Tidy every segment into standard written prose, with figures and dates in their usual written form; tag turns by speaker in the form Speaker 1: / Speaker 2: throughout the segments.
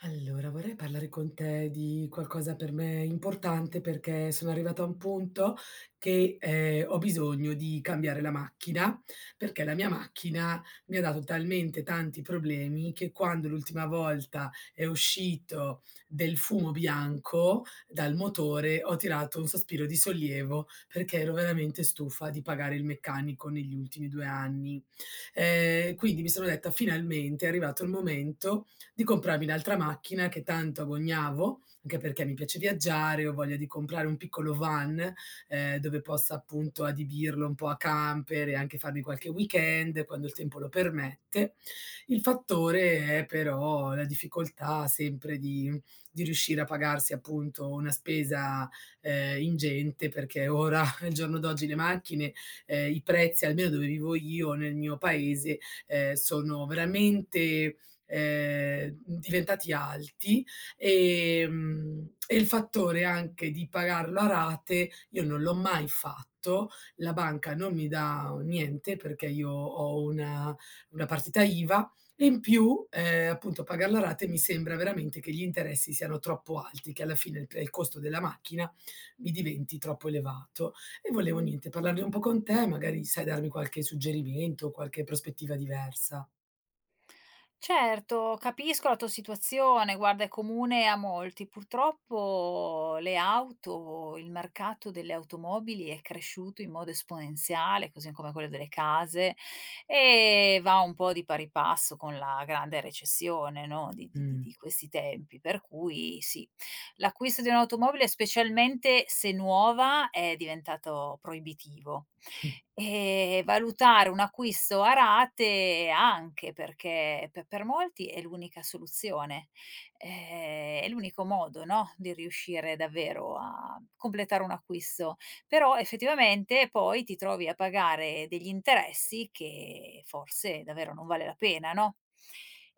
Speaker 1: Allora, vorrei parlare con te di qualcosa per me importante perché sono arrivata a un punto che, ho bisogno di cambiare la macchina, perché la mia macchina mi ha dato talmente tanti problemi che quando l'ultima volta è uscito del fumo bianco dal motore, ho tirato un sospiro di sollievo perché ero veramente stufa di pagare il meccanico negli ultimi 2 anni. Quindi mi sono detta: "Finalmente è arrivato il momento di comprarmi l'altra macchina che tanto agognavo, anche perché mi piace viaggiare, ho voglia di comprare un piccolo van, dove possa appunto adibirlo un po' a camper e anche farmi qualche weekend quando il tempo lo permette. Il fattore è però la difficoltà sempre di riuscire a pagarsi appunto una spesa, ingente perché ora al giorno d'oggi le macchine, i prezzi, almeno dove vivo io nel mio paese, sono veramente diventati alti, e il fattore anche di pagarlo a rate, io non l'ho mai fatto, la banca non mi dà niente perché io ho una partita IVA e in più, appunto pagarlo a rate mi sembra veramente che gli interessi siano troppo alti, che alla fine il costo della macchina mi diventi troppo elevato. E volevo niente, parlarne un po' con te, magari sai darmi qualche suggerimento, qualche prospettiva diversa.
Speaker 2: Certo, capisco la tua situazione, guarda è comune a molti. Purtroppo le auto il mercato delle automobili è cresciuto in modo esponenziale, così come quello delle case, e va un po' di pari passo con la grande recessione, no, di di di
Speaker 1: Mh.
Speaker 2: di questi tempi. Per cui sì, l'acquisto di un'automobile, specialmente se nuova, è diventato proibitivo. Valutare un acquisto a rate anche perché pe per molti è l'unica soluzione, è l'unico modo, no, di riuscire davvero a completare un acquisto. Però effettivamente poi ti trovi a pagare degli interessi che forse davvero non vale la pena, no?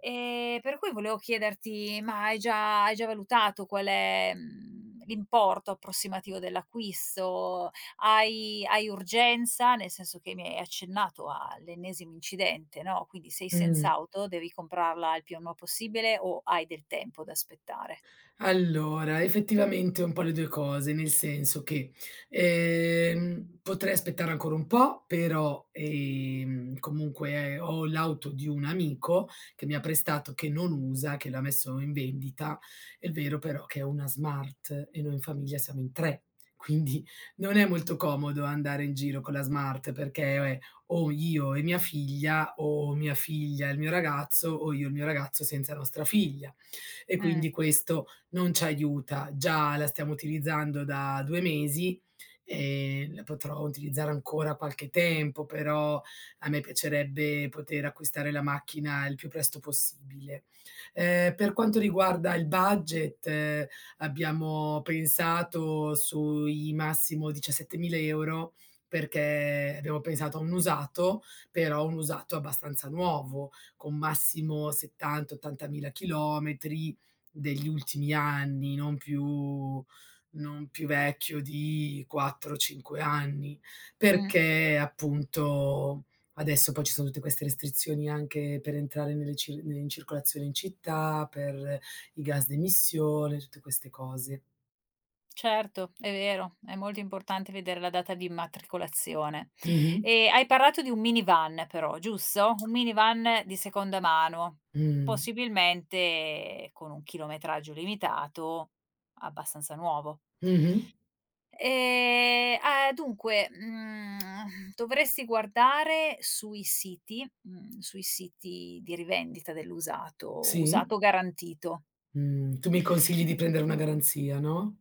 Speaker 2: Per cui volevo chiederti: ma hai già valutato qual è, l'importo approssimativo dell'acquisto? Hai urgenza, nel senso che mi hai accennato all'ennesimo incidente, no, quindi sei
Speaker 1: Mh.
Speaker 2: senza auto, devi comprarla il più prima possibile o hai del tempo da aspettare?
Speaker 1: Allora, effettivamente un po' le 2 cose, nel senso che, potrei aspettare ancora un po', però, comunque ho l'auto di un amico che mi ha prestato, che non usa, che l'ha messo in vendita. È vero però che è una smart e noi in famiglia siamo in 3, quindi non è molto comodo andare in giro con la smart perché è o io e mia figlia, o mia figlia e il mio ragazzo, o io e il mio ragazzo senza nostra figlia e quindi
Speaker 2: Mh,
Speaker 1: questo non ci aiuta. Già la stiamo utilizzando da 2 mesi, la potrò utilizzare ancora qualche tempo, però a me piacerebbe poter acquistare la macchina il più presto possibile. Per quanto riguarda il budget, abbiamo pensato sui massimo 17.000 € perché abbiamo pensato a un usato, però un usato abbastanza nuovo, con massimo 70, 80.000 chilometri degli ultimi anni, non più vecchio di 4, 5 anni,
Speaker 2: mh,
Speaker 1: perché appunto adesso poi ci sono tutte queste restrizioni anche per entrare nelle cir in circolazione in città, per i gas d'emissione, tutte queste cose.
Speaker 2: certo, è vero, è molto importante vedere la data di immatricolazione.
Speaker 1: Mh-mh.
Speaker 2: E hai parlato di un minivan però, giusto? Un minivan di seconda mano,
Speaker 1: Mh.
Speaker 2: possibilmente con un chilometraggio limitato, abbastanza nuovo.
Speaker 1: Mh-mh.
Speaker 2: Dovresti guardare sui siti sui siti di rivendita dell'usato,
Speaker 1: Sì.
Speaker 2: usato garantito.
Speaker 1: Mh. Tu mi consigli di prendere una garanzia, no?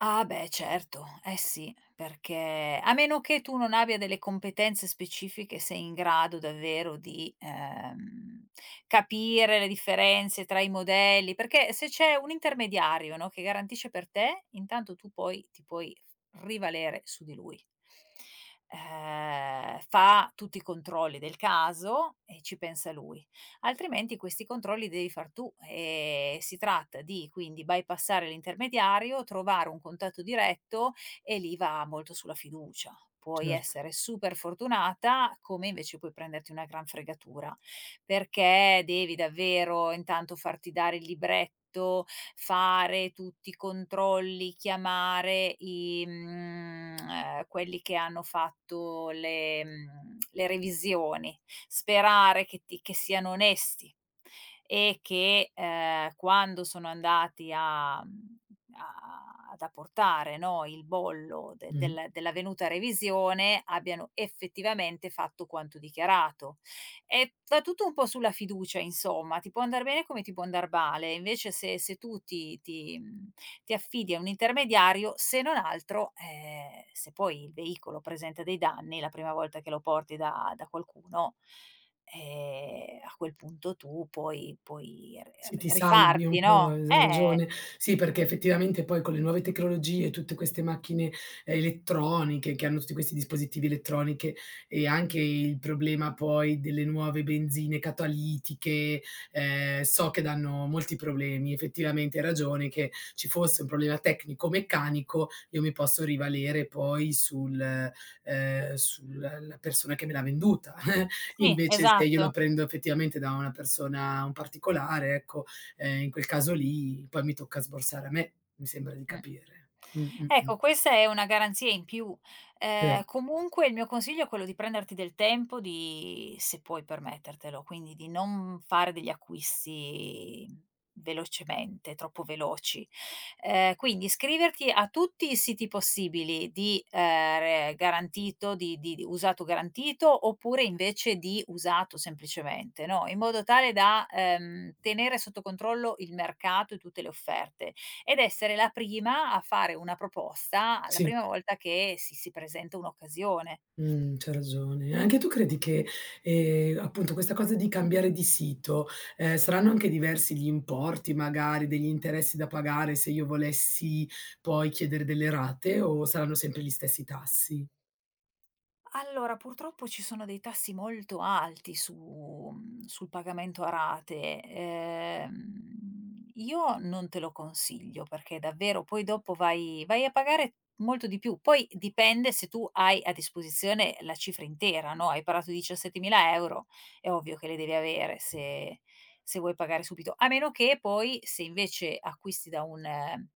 Speaker 2: Ah beh certo, eh sì, perché a meno che tu non abbia delle competenze specifiche, sei in grado davvero di, capire le differenze tra i modelli, perché se c'è un intermediario, no, che garantisce per te, intanto tu poi ti puoi rivalere su di lui. Fa tutti i controlli del caso e ci pensa lui, altrimenti questi controlli devi far tu. Si tratta di quindi bypassare l'intermediario, trovare un contatto diretto e lì va molto sulla fiducia. Puoi
Speaker 1: Certo.
Speaker 2: essere super fortunata, come invece puoi prenderti una gran fregatura, perché devi davvero intanto farti dare il libretto, fare tutti i controlli, chiamare i quelli che hanno fatto le le revisioni, sperare che siano onesti e che, quando sono andati a mhmm, a ad apportare, no, il bollo de
Speaker 1: Mh.
Speaker 2: del dell'avvenuta revisione, abbiano effettivamente fatto quanto dichiarato. E va tutto un po' sulla fiducia insomma, ti può andar bene come ti può andar male. Invece se tu ti affidi a un intermediario, se non altro, se poi il veicolo presenta dei danni la prima volta che lo porti da qualcuno. A quel punto tu puoi puoi r
Speaker 1: Sì,
Speaker 2: r
Speaker 1: ti salvi
Speaker 2: rifarti,
Speaker 1: un po',
Speaker 2: no?
Speaker 1: hai ragione. Sì, perché effettivamente poi con le nuove tecnologie, tutte queste macchine elettroniche che hanno tutti questi dispositivi elettroniche e anche il problema poi delle nuove benzine catalitiche, so che danno molti problemi. Effettivamente hai ragione che ci fosse un problema tecnico-meccanico, io mi posso rivalere poi sulla la persona che me l'ha venduta.
Speaker 2: Sì,
Speaker 1: Invece se io lo
Speaker 2: esatto.
Speaker 1: prendo effettivamente da una persona, un particolare, ecco, in quel caso lì poi mi tocca sborsare a me, mi sembra di
Speaker 2: Mh.
Speaker 1: capire.
Speaker 2: Ecco, questa è una garanzia in più.
Speaker 1: Sì,
Speaker 2: Comunque il mio consiglio è quello di prenderti del tempo, di se puoi permettertelo, quindi di non fare degli acquisti velocemente, troppo veloci. Quindi iscriverti a tutti i siti possibili di, re garantito, di usato garantito, oppure invece di usato semplicemente, no, in modo tale da, tenere sotto controllo il mercato e tutte le offerte ed essere la prima a fare una proposta la
Speaker 1: sì,
Speaker 2: prima volta che si presenta un'occasione.
Speaker 1: c'hai ragione. Anche tu credi che, appunto questa cosa di cambiare di sito, saranno anche diversi gli importi magari, degli interessi da pagare se io volessi poi chiedere delle rate o saranno sempre gli stessi tassi?
Speaker 2: Allora, purtroppo ci sono dei tassi molto alti su sul pagamento a rate. Io non te lo consiglio perché davvero poi dopo vai a pagare molto di più. Poi dipende se tu hai a disposizione la cifra intera, no, hai parlato di 17.000 €, è ovvio che le devi avere se se vuoi pagare subito, a meno che poi se invece acquisti eh,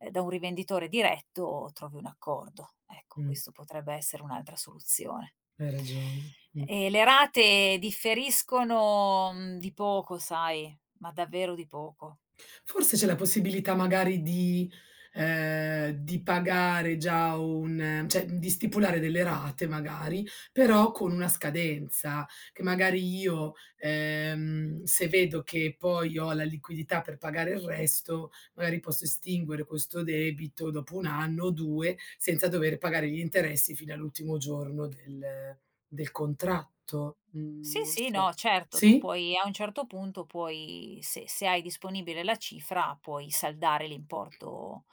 Speaker 2: ehm, da un rivenditore diretto trovi un accordo. Ecco,
Speaker 1: Mh,
Speaker 2: questo potrebbe essere un'altra soluzione.
Speaker 1: hai ragione. Mh.
Speaker 2: E le rate differiscono, di poco sai, ma davvero di poco.
Speaker 1: Forse c'è la possibilità magari ehm, di pagare già un cioè di stipulare delle rate magari, però con una scadenza, che magari io, se vedo che poi ho la liquidità per pagare il resto, magari posso estinguere questo debito dopo 1 anno o 2 senza dover pagare gli interessi fino all'ultimo giorno del contratto. Mhmm,
Speaker 2: Sì,
Speaker 1: non
Speaker 2: sì,
Speaker 1: so.
Speaker 2: no, certo, tu
Speaker 1: Sì?
Speaker 2: puoi a un certo punto puoi se se hai disponibile la cifra, puoi saldare l'importo,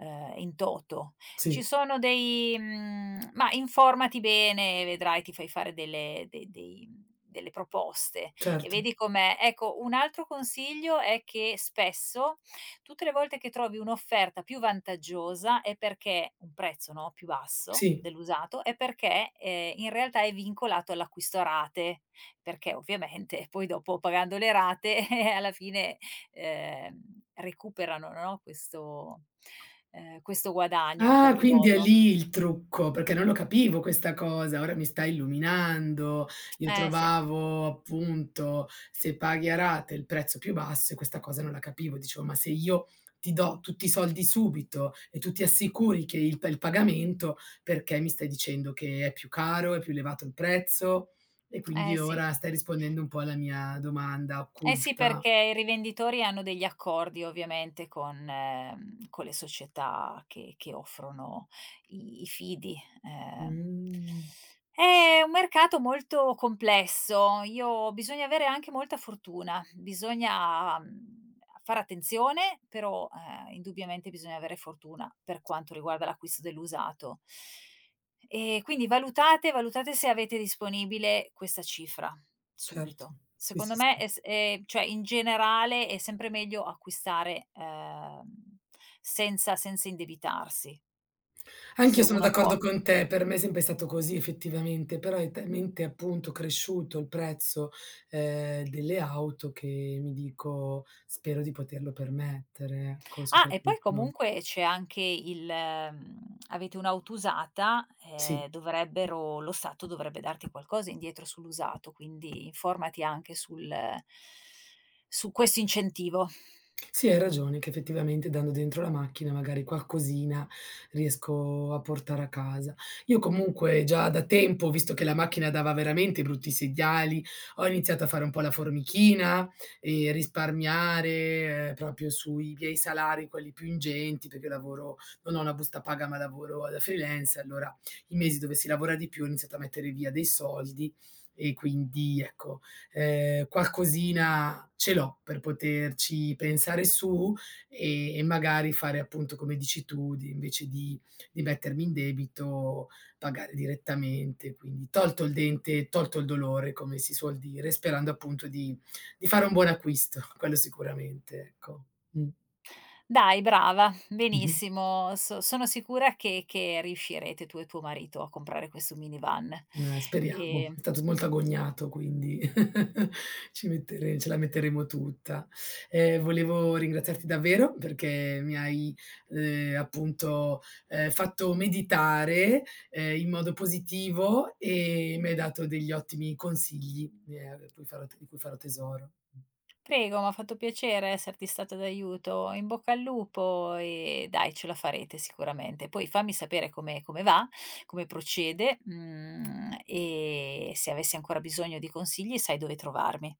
Speaker 2: in toto. Ci
Speaker 1: Sì,
Speaker 2: sono dei ma informati bene, vedrai ti fai fare delle de dei delle proposte e
Speaker 1: certo.
Speaker 2: vedi com'è. Ecco, un altro consiglio è che spesso, tutte le volte che trovi un'offerta più vantaggiosa è perché un prezzo, no, più basso
Speaker 1: Sì.
Speaker 2: dell'usato, è perché, in realtà è vincolato all'acquisto a rate. Perché ovviamente poi dopo pagando le rate alla fine, recuperano, no, questo questo guadagno in
Speaker 1: Ah,
Speaker 2: qualche
Speaker 1: quindi è
Speaker 2: modo.
Speaker 1: lì il trucco, perché non lo capivo questa cosa, ora mi stai illuminando. Io
Speaker 2: Eh sì,
Speaker 1: trovavo appunto, se paghi a rate il prezzo più basso e questa cosa non la capivo. Dicevo: "Ma se io ti do tutti i soldi subito e tu ti assicuri che il pagamento, perché mi stai dicendo che è più caro, è più elevato il prezzo?" E quindi
Speaker 2: eh sì.
Speaker 1: ora stai rispondendo un po' alla mia domanda
Speaker 2: Eh sì,
Speaker 1: occulta.
Speaker 2: perché i rivenditori hanno degli accordi ovviamente con le società che offrono i fidi, ehm.
Speaker 1: Mh.
Speaker 2: È un mercato molto complesso. Io bisogna avere anche molta fortuna, bisogna, fare attenzione, però, indubbiamente bisogna avere fortuna per quanto riguarda l'acquisto dell'usato. E quindi valutate se avete disponibile questa cifra.
Speaker 1: Certo.
Speaker 2: Subito.
Speaker 1: Sì, sì.
Speaker 2: Secondo
Speaker 1: Sì,
Speaker 2: me
Speaker 1: sì.
Speaker 2: è s cioè in generale è sempre meglio acquistare, senza indebitarsi,
Speaker 1: Anch'io
Speaker 2: se
Speaker 1: sono
Speaker 2: uno
Speaker 1: d'accordo
Speaker 2: può.
Speaker 1: con te, per me è sempre stato così effettivamente, però è talmente appunto cresciuto il prezzo, delle auto che mi dico: "Spero di poterlo permettere", ecco,
Speaker 2: Ah, e poi
Speaker 1: soprattutto
Speaker 2: comunque c'è anche il avete un'auto usata,
Speaker 1: sì.
Speaker 2: dovrebbero lo Stato dovrebbe darti qualcosa indietro sull'usato, quindi informati anche sul su questo incentivo.
Speaker 1: Sì, hai ragione che effettivamente dando dentro la macchina magari qualcosina riesco a portare a casa. Io comunque già da tempo, visto che la macchina dava veramente brutti segnali, ho iniziato a fare un po' la formichina e risparmiare, proprio sui miei salari, quelli più ingenti, perché lavoro non ho una busta paga, ma lavoro da freelance, allora i mesi dove si lavora di più ho iniziato a mettere via dei soldi e quindi ecco qualcosina ce l'ho per poterci pensare su, e magari fare appunto come dici tu, di invece di mettermi in debito, pagare direttamente. Quindi tolto il dente, tolto il dolore, come si suol dire, sperando appunto di fare un buon acquisto, quello sicuramente, ecco. Mh.
Speaker 2: Dai brava,
Speaker 1: Mh-mh.
Speaker 2: benissimo. Sono sicura che riuscirete tu e tuo marito a comprare questo minivan.
Speaker 1: Speriamo. È
Speaker 2: Ehm,
Speaker 1: stato molto agognato quindi Ci mettere ce la metteremo tutta. Volevo ringraziarti davvero perché mi hai, appunto, fatto meditare, in modo positivo e mi hai dato degli ottimi consigli, di cui farò tesoro.
Speaker 2: Prego, m'ha fatto piacere esserti stata d'aiuto. In bocca al lupo e dai ce la farete sicuramente. Poi fammi sapere come va, come procede, e se avessi ancora bisogno di consigli sai dove trovarmi.